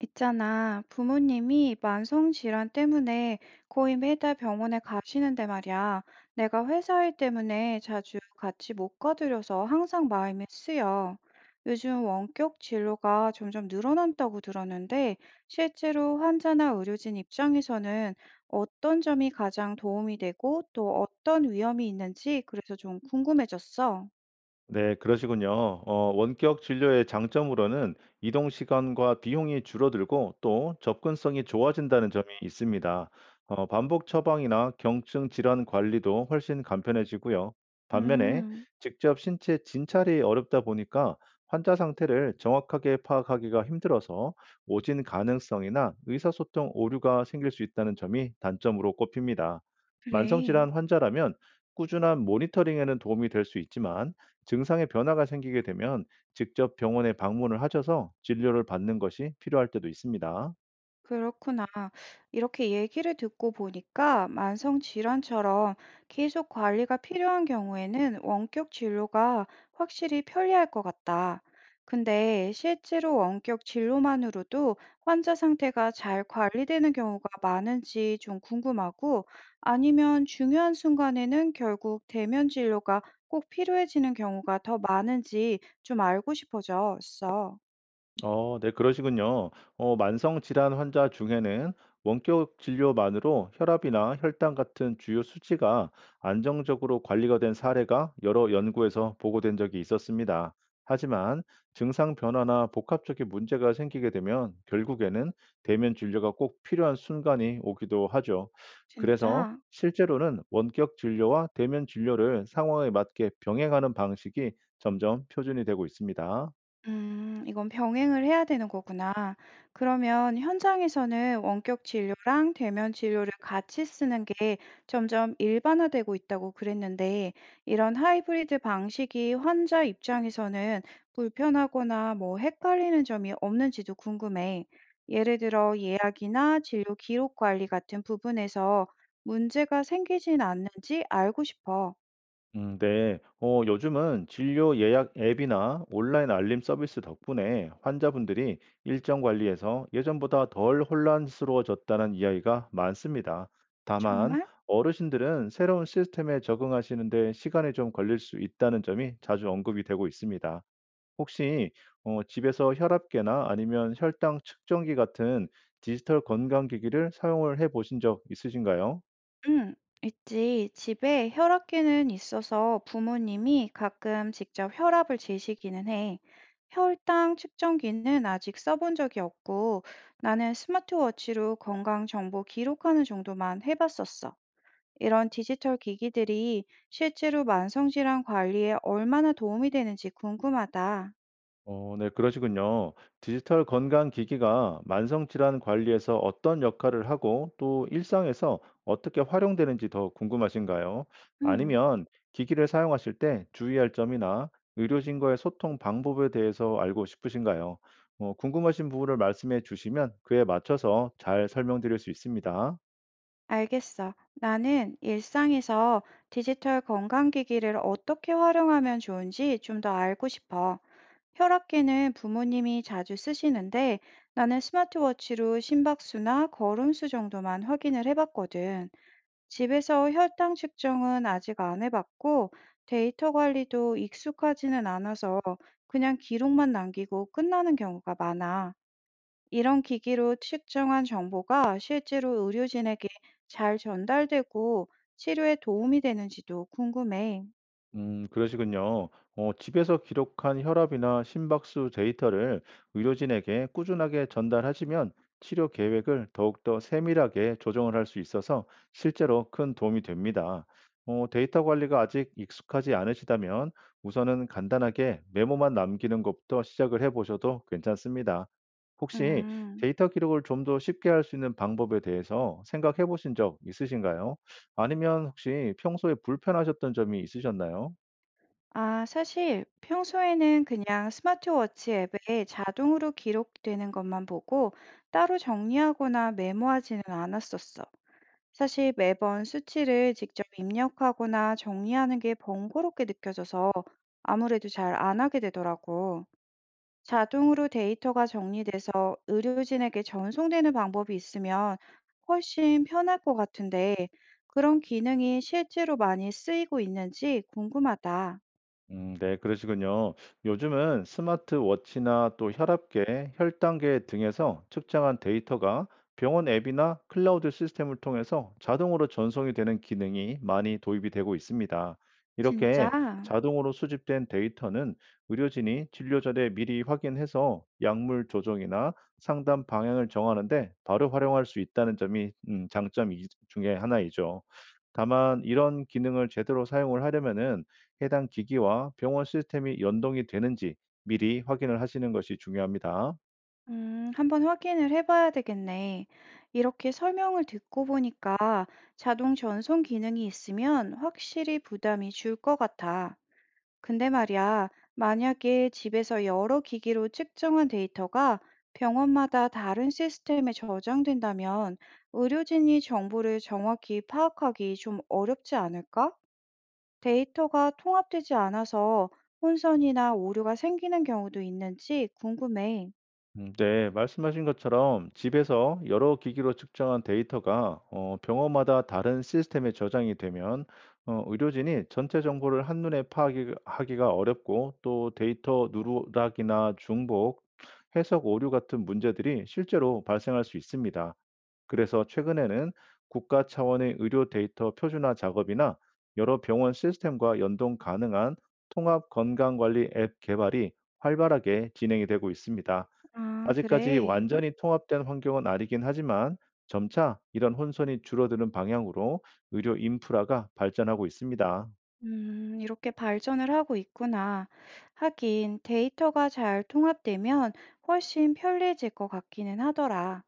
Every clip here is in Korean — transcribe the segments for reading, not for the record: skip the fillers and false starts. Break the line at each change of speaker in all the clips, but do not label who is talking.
있잖아, 부모님이 만성질환 때문에 거의 매달 병원에 가시는데 말이야. 내가 회사 일 때문에 자주 같이 못 가드려서 항상 마음이 쓰여. 요즘 원격 진료가 점점 늘어난다고 들었는데, 실제로 환자나 의료진 입장에서는 어떤 점이 가장 도움이 되고 또 어떤 위험이 있는지 그래서 좀 궁금해졌어.
네, 그러시군요. 원격 진료의 장점으로는 이동 시간과 비용이 줄어들고 또 접근성이 좋아진다는 점이 있습니다. 반복 처방이나 경증 질환 관리도 훨씬 간편해지고요. 반면에
음,
직접 신체 진찰이 어렵다 보니까 환자 상태를 정확하게 파악하기가 힘들어서 오진 가능성이나 의사소통 오류가 생길 수 있다는 점이 단점으로 꼽힙니다.
그래.
만성질환 환자라면 꾸준한 모니터링에는 도움이 될 수 있지만 증상의 변화가 생기게 되면 직접 병원에 방문을 하셔서 진료를 받는 것이 필요할 때도 있습니다.
그렇구나. 이렇게 얘기를 듣고 보니까 만성 질환처럼 계속 관리가 필요한 경우에는 원격 진료가 확실히 편리할 것 같다. 근데 실제로 원격 진료만으로도 환자 상태가 잘 관리되는 경우가 많은지 좀 궁금하고, 아니면 중요한 순간에는 결국 대면 진료가 꼭 필요해지는 경우가 더 많은지 좀 알고 싶어졌어.
네, 그러시군요. 만성 질환 환자 중에는 원격 진료만으로 혈압이나 혈당 같은 주요 수치가 안정적으로 관리가 된 사례가 여러 연구에서 보고된 적이 있었습니다. 하지만 증상 변화나 복합적인 문제가 생기게 되면 결국에는 대면 진료가 꼭 필요한 순간이 오기도 하죠. 그래서
진짜?
실제로는 원격 진료와 대면 진료를 상황에 맞게 병행하는 방식이 점점 표준이 되고 있습니다.
이건 병행을 해야 되는 거구나. 그러면 현장에서는 원격 진료랑 대면 진료를 같이 쓰는 게 점점 일반화되고 있다고 그랬는데, 이런 하이브리드 방식이 환자 입장에서는 불편하거나 뭐 헷갈리는 점이 없는지도 궁금해. 예를 들어 예약이나 진료 기록 관리 같은 부분에서 문제가 생기진 않는지 알고 싶어.
네. 요즘은 진료 예약 앱이나 온라인 알림 서비스 덕분에 환자분들이 일정 관리에서 예전보다 덜 혼란스러워졌다는 이야기가 많습니다. 다만,
정말?
어르신들은 새로운 시스템에 적응하시는데 시간이 좀 걸릴 수 있다는 점이 자주 언급이 되고 있습니다. 혹시 집에서 혈압계나 아니면 혈당 측정기 같은 디지털 건강기기를 사용을 해 보신 적 있으신가요?
응, 있지. 집에 혈압계는 있어서 부모님이 가끔 직접 혈압을 재시기는 해. 혈당 측정기는 아직 써본 적이 없고 나는 스마트워치로 건강 정보 기록하는 정도만 해봤었어. 이런 디지털 기기들이 실제로 만성질환 관리에 얼마나 도움이 되는지 궁금하다.
네, 그러시군요. 디지털 건강 기기가 만성 질환 관리에서 어떤 역할을 하고 또 일상에서 어떻게 활용되는지 더 궁금하신가요?
응,
아니면 기기를 사용하실 때 주의할 점이나 의료진과의 소통 방법에 대해서 알고 싶으신가요? 궁금하신 부분을 말씀해 주시면 그에 맞춰서 잘 설명드릴 수 있습니다.
알겠어. 나는 일상에서 디지털 건강기기를 어떻게 활용하면 좋은지 좀 더 알고 싶어. 혈압계는 부모님이 자주 쓰시는데 나는 스마트워치로 심박수나 걸음수 정도만 확인을 해봤거든. 집에서 혈당 측정은 아직 안 해봤고 데이터 관리도 익숙하지는 않아서 그냥 기록만 남기고 끝나는 경우가 많아. 이런 기기로 측정한 정보가 실제로 의료진에게 잘 전달되고 치료에 도움이 되는지도 궁금해.
그러시군요. 집에서 기록한 혈압이나 심박수 데이터를 의료진에게 꾸준하게 전달하시면 치료 계획을 더욱더 세밀하게 조정을 할 수 있어서 실제로 큰 도움이 됩니다. 데이터 관리가 아직 익숙하지 않으시다면 우선은 간단하게 메모만 남기는 것부터 시작을 해보셔도 괜찮습니다. 혹시
음.
데이터 기록을 좀 더 쉽게 할 수 있는 방법에 대해서 생각해 보신 적 있으신가요? 아니면 혹시 평소에 불편하셨던 점이 있으셨나요?
아, 사실 평소에는 그냥 스마트워치 앱에 자동으로 기록되는 것만 보고 따로 정리하거나 메모하지는 않았었어. 사실 매번 수치를 직접 입력하거나 정리하는 게 번거롭게 느껴져서 아무래도 잘 안 하게 되더라고. 자동으로 데이터가 정리돼서 의료진에게 전송되는 방법이 있으면 훨씬 편할 것 같은데 그런 기능이 실제로 많이 쓰이고 있는지 궁금하다.
음, 네, 그러시군요. 요즘은 스마트워치나 또 혈압계, 혈당계 등에서 측정한 데이터가 병원 앱이나 클라우드 시스템을 통해서 자동으로 전송이 되는 기능이 많이 도입이 되고 있습니다.
진짜?
이렇게 자동으로 수집된 데이터는 의료진이 진료 전에 미리 확인해서 약물 조정이나 상담 방향을 정하는 데 바로 활용할 수 있다는 점이 장점 이 중에 하나이죠. 다만 이런 기능을 제대로 사용을 하려면은 해당 기기와 병원 시스템이 연동이 되는지 미리 확인을 하시는 것이 중요합니다.
한번 확인을 해봐야 되겠네. 이렇게 설명을 듣고 보니까 자동 전송 기능이 있으면 확실히 부담이 줄 것 같아. 근데 말이야, 만약에 집에서 여러 기기로 측정한 데이터가 병원마다 다른 시스템에 저장된다면 의료진이 정보를 정확히 파악하기 좀 어렵지 않을까? 데이터가 통합되지 않아서 혼선이나 오류가 생기는 경우도 있는지 궁금해.
음, 네. 말씀하신 것처럼 집에서 여러 기기로 측정한 데이터가 병원마다 다른 시스템에 저장이 되면 의료진이 전체 정보를 한눈에 파악 하기가 어렵고 또 데이터 누락이나 중복, 해석 오류 같은 문제들이 실제로 발생할 수 있습니다. 그래서 최근에는 국가 차원의 의료 데이터 표준화 작업이나 여러 병원 시스템과 연동 가능한 통합 건강관리 앱 개발이 활발하게 진행이 되고 있습니다.
아,
아직까지
그래.
완전히 통합된 환경은 아니긴 하지만 점차 이런 혼선이 줄어드는 방향으로 의료 인프라가 발전하고 있습니다.
이렇게 발전을 하고 있구나. 하긴 데이터가 잘 통합되면 훨씬 편리해질 것 같기는 하더라.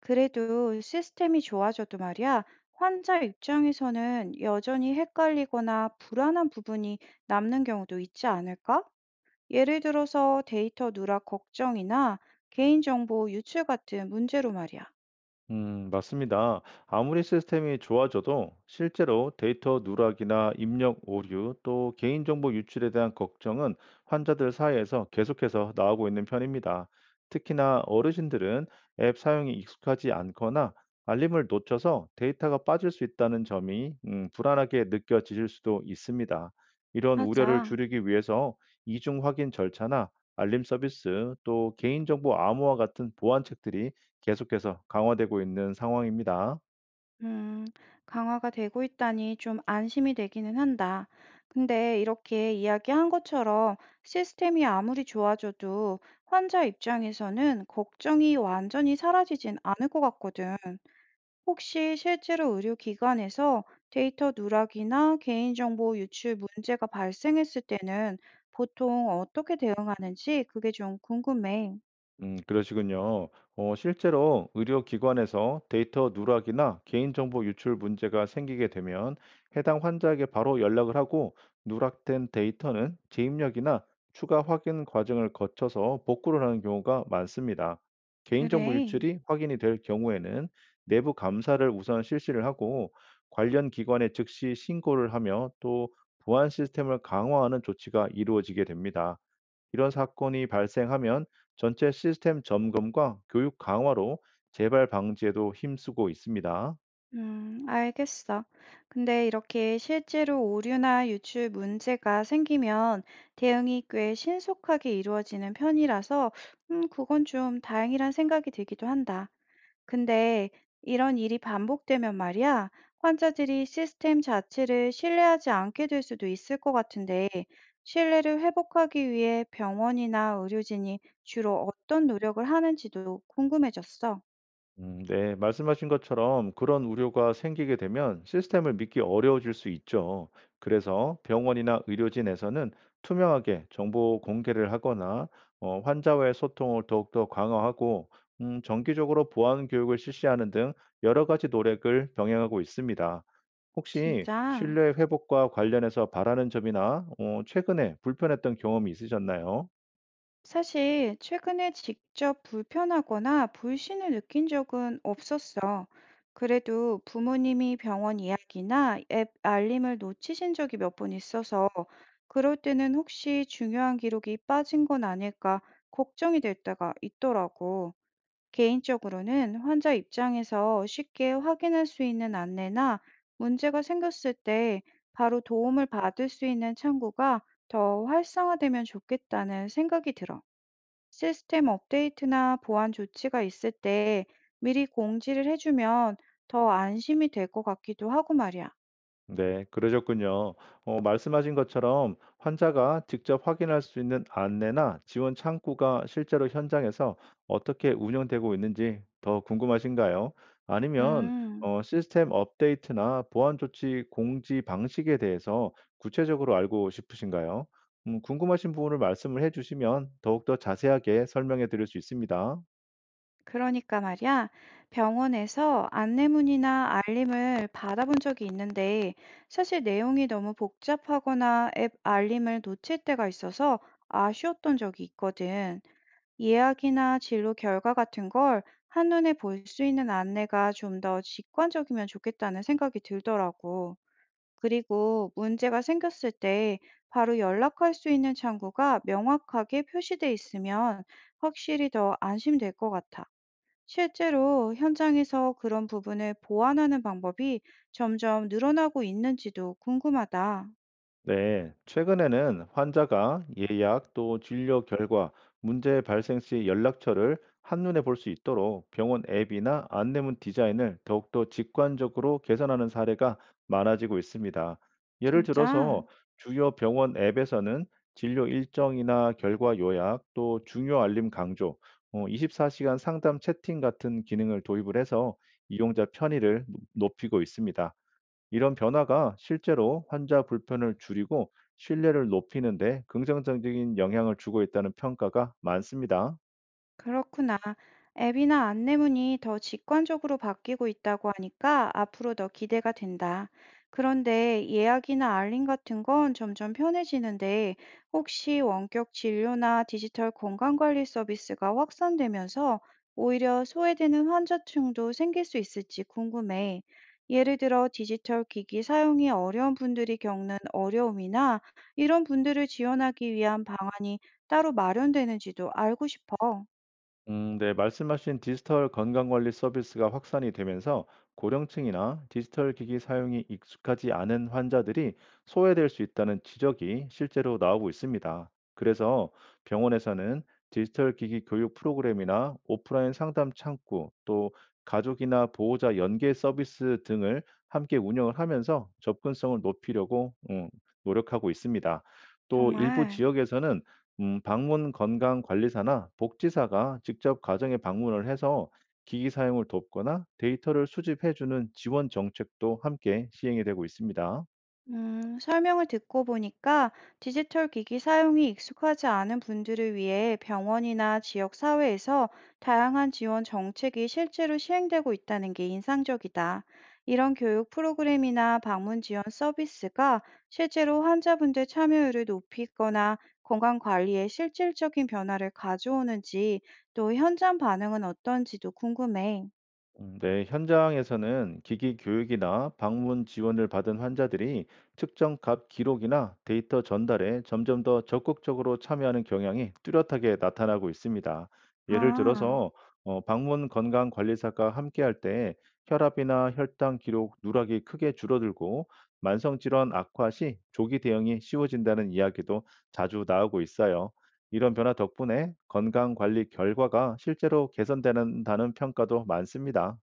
그래도 시스템이 좋아져도 말이야, 환자 입장에서는 여전히 헷갈리거나 불안한 부분이 남는 경우도 있지 않을까? 예를 들어서 데이터 누락 걱정이나 개인정보 유출 같은 문제로 말이야.
맞습니다. 아무리 시스템이 좋아져도 실제로 데이터 누락이나 입력 오류 또 개인정보 유출에 대한 걱정은 환자들 사이에서 계속해서 나오고 있는 편입니다. 특히나 어르신들은 앱 사용이 익숙하지 않거나 알림을 놓쳐서 데이터가 빠질 수 있다는 점이 불안하게 느껴지실 수도 있습니다. 이런 우려를
맞아.
줄이기 위해서 이중 확인 절차나 알림 서비스 또 개인정보 암호화 같은 보안책들이 계속해서 강화되고 있는 상황입니다.
음, 강화가 되고 있다니 좀 안심이 되기는 한다. 근데 이렇게 이야기한 것처럼 시스템이 아무리 좋아져도 환자 입장에서는 걱정이 완전히 사라지진 않을 것 같거든. 혹시 실제로 의료기관에서 데이터 누락이나 개인정보 유출 문제가 발생했을 때는 보통 어떻게 대응하는지 그게 좀 궁금해.
그러시군요. 실제로 의료기관에서 데이터 누락이나 개인정보 유출 문제가 생기게 되면 해당 환자에게 바로 연락을 하고 누락된 데이터는 재입력이나 추가 확인 과정을 거쳐서 복구를 하는 경우가 많습니다. 개인정보
그래.
유출이 확인이 될 경우에는 내부 감사를 우선 실시를 하고 관련 기관에 즉시 신고를 하며 또 보안 시스템을 강화하는 조치가 이루어지게 됩니다. 이런 사건이 발생하면 전체 시스템 점검과 교육 강화로 재발 방지에도 힘쓰고 있습니다.
알겠어. 근데 이렇게 실제로 오류나 유출 문제가 생기면 대응이 꽤 신속하게 이루어지는 편이라서, 그건 좀 다행이란 생각이 들기도 한다. 근데 이런 일이 반복되면 말이야, 환자들이 시스템 자체를 신뢰하지 않게 될 수도 있을 것 같은데, 신뢰를 회복하기 위해 병원이나 의료진이 주로 어떤 노력을 하는지도 궁금해졌어.
네, 말씀하신 것처럼 그런 우려가 생기게 되면 시스템을 믿기 어려워질 수 있죠. 그래서 병원이나 의료진에서는 투명하게 정보 공개를 하거나 환자와의 소통을 더욱더 강화하고 정기적으로 보안 교육을 실시하는 등 여러 가지 노력을 병행하고 있습니다. 혹시
진짜.
신뢰 회복과 관련해서 바라는 점이나 최근에 불편했던 경험이 있으셨나요?
사실 최근에 직접 불편하거나 불신을 느낀 적은 없었어. 그래도 부모님이 병원 이야기나 앱 알림을 놓치신 적이 몇 번 있어서 그럴 때는 혹시 중요한 기록이 빠진 건 아닐까 걱정이 될 때가 있더라고. 개인적으로는 환자 입장에서 쉽게 확인할 수 있는 안내나 문제가 생겼을 때 바로 도움을 받을 수 있는 창구가 더 활성화되면 좋겠다는 생각이 들어. 시스템 업데이트나 보안 조치가 있을 때 미리 공지를 해주면 더 안심이 될 것 같기도 하고 말이야.
네, 그러셨군요. 말씀하신 것처럼 환자가 직접 확인할 수 있는 안내나 지원 창구가 실제로 현장에서 어떻게 운영되고 있는지 더 궁금하신가요? 아니면
음,
시스템 업데이트나 보안 조치 공지 방식에 대해서 구체적으로 알고 싶으신가요? 궁금하신 부분을 말씀을 해주시면 더욱더 자세하게 설명해 드릴 수 있습니다.
그러니까 말이야. 병원에서 안내문이나 알림을 받아본 적이 있는데 사실 내용이 너무 복잡하거나 앱 알림을 놓칠 때가 있어서 아쉬웠던 적이 있거든. 예약이나 진료 결과 같은 걸 한눈에 볼 수 있는 안내가 좀 더 직관적이면 좋겠다는 생각이 들더라고. 그리고 문제가 생겼을 때 바로 연락할 수 있는 창구가 명확하게 표시돼 있으면 확실히 더 안심될 것 같아. 실제로 현장에서 그런 부분을 보완하는 방법이 점점 늘어나고 있는지도 궁금하다.
네, 최근에는 환자가 예약 또 진료 결과, 문제 발생 시 연락처를 한눈에 볼 수 있도록 병원 앱이나 안내문 디자인을 더욱더 직관적으로 개선하는 사례가 많아지고 있습니다. 예를
진짜?
들어서 주요 병원 앱에서는 진료 일정이나 결과 요약, 또 중요 알림 강조, 24시간 상담 채팅 같은 기능을 도입을 해서 이용자 편의를 높이고 있습니다. 이런 변화가 실제로 환자 불편을 줄이고 신뢰를 높이는 데 긍정적인 영향을 주고 있다는 평가가 많습니다.
그렇구나. 앱이나 안내문이 더 직관적으로 바뀌고 있다고 하니까 앞으로 더 기대가 된다. 그런데 예약이나 알림 같은 건 점점 편해지는데 혹시 원격 진료나 디지털 건강관리 서비스가 확산되면서 오히려 소외되는 환자층도 생길 수 있을지 궁금해. 예를 들어 디지털 기기 사용이 어려운 분들이 겪는 어려움이나 이런 분들을 지원하기 위한 방안이 따로 마련되는지도 알고 싶어.
네, 말씀하신 디지털 건강관리 서비스가 확산이 되면서 고령층이나 디지털 기기 사용이 익숙하지 않은 환자들이 소외될 수 있다는 지적이 실제로 나오고 있습니다. 그래서 병원에서는 디지털 기기 교육 프로그램이나 오프라인 상담 창구, 또 가족이나 보호자 연계 서비스 등을 함께 운영을 하면서 접근성을 높이려고 노력하고 있습니다. 또 일부
정말,
지역에서는 방문 건강 관리사나 복지사가 직접 가정에 방문을 해서 기기 사용을 돕거나 데이터를 수집해 주는 지원 정책도 함께 시행이 되고 있습니다.
설명을 듣고 보니까 디지털 기기 사용이 익숙하지 않은 분들을 위해 병원이나 지역 사회에서 다양한 지원 정책이 실제로 시행되고 있다는 게 인상적이다. 이런 교육 프로그램이나 방문 지원 서비스가 실제로 환자분들 참여율을 높이거나 건강 관리에 실질적인 변화를 가져오는지 또 현장 반응은 어떤지도 궁금해.
네, 현장에서는 기기 교육이나 방문 지원을 받은 환자들이 측정 값 기록이나 데이터 전달에 점점 더 적극적으로 참여하는 경향이 뚜렷하게 나타나고 있습니다. 예를
아.
들어서 방문 건강 관리사가 함께할 때 혈압이나 혈당 기록 누락이 크게 줄어들고 만성 질환 악화 시 조기 대응이 쉬워진다는 이야기도 자주 나오고 있어요. 이런 변화 덕분에 건강 관리 결과가 실제로 개선되는다는 평가도 많습니다.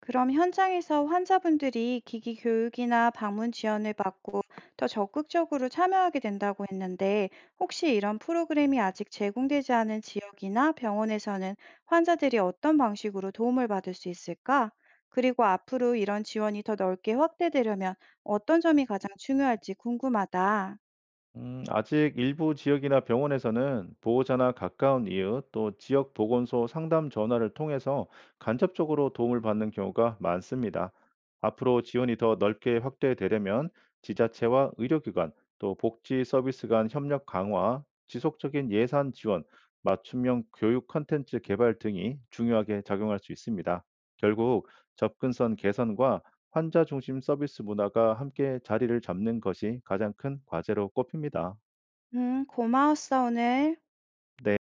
그럼 현장에서 환자분들이 기기 교육이나 방문 지원을 받고 더 적극적으로 참여하게 된다고 했는데, 혹시 이런 프로그램이 아직 제공되지 않은 지역이나 병원에서는 환자들이 어떤 방식으로 도움을 받을 수 있을까? 그리고 앞으로 이런 지원이 더 넓게 확대되려면 어떤 점이 가장 중요할지 궁금하다.
아직 일부 지역이나 병원에서는 보호자나 가까운 이웃 또 지역 보건소 상담 전화를 통해서 간접적으로 도움을 받는 경우가 많습니다. 앞으로 지원이 더 넓게 확대되려면 지자체와 의료기관 또 복지 서비스 간 협력 강화, 지속적인 예산 지원, 맞춤형 교육 콘텐츠 개발 등이 중요하게 작용할 수 있습니다. 결국 접근성 개선과 환자 중심 서비스 문화가 함께 자리를 잡는 것이 가장 큰 과제로 꼽힙니다.
고마웠어, 오늘.
네.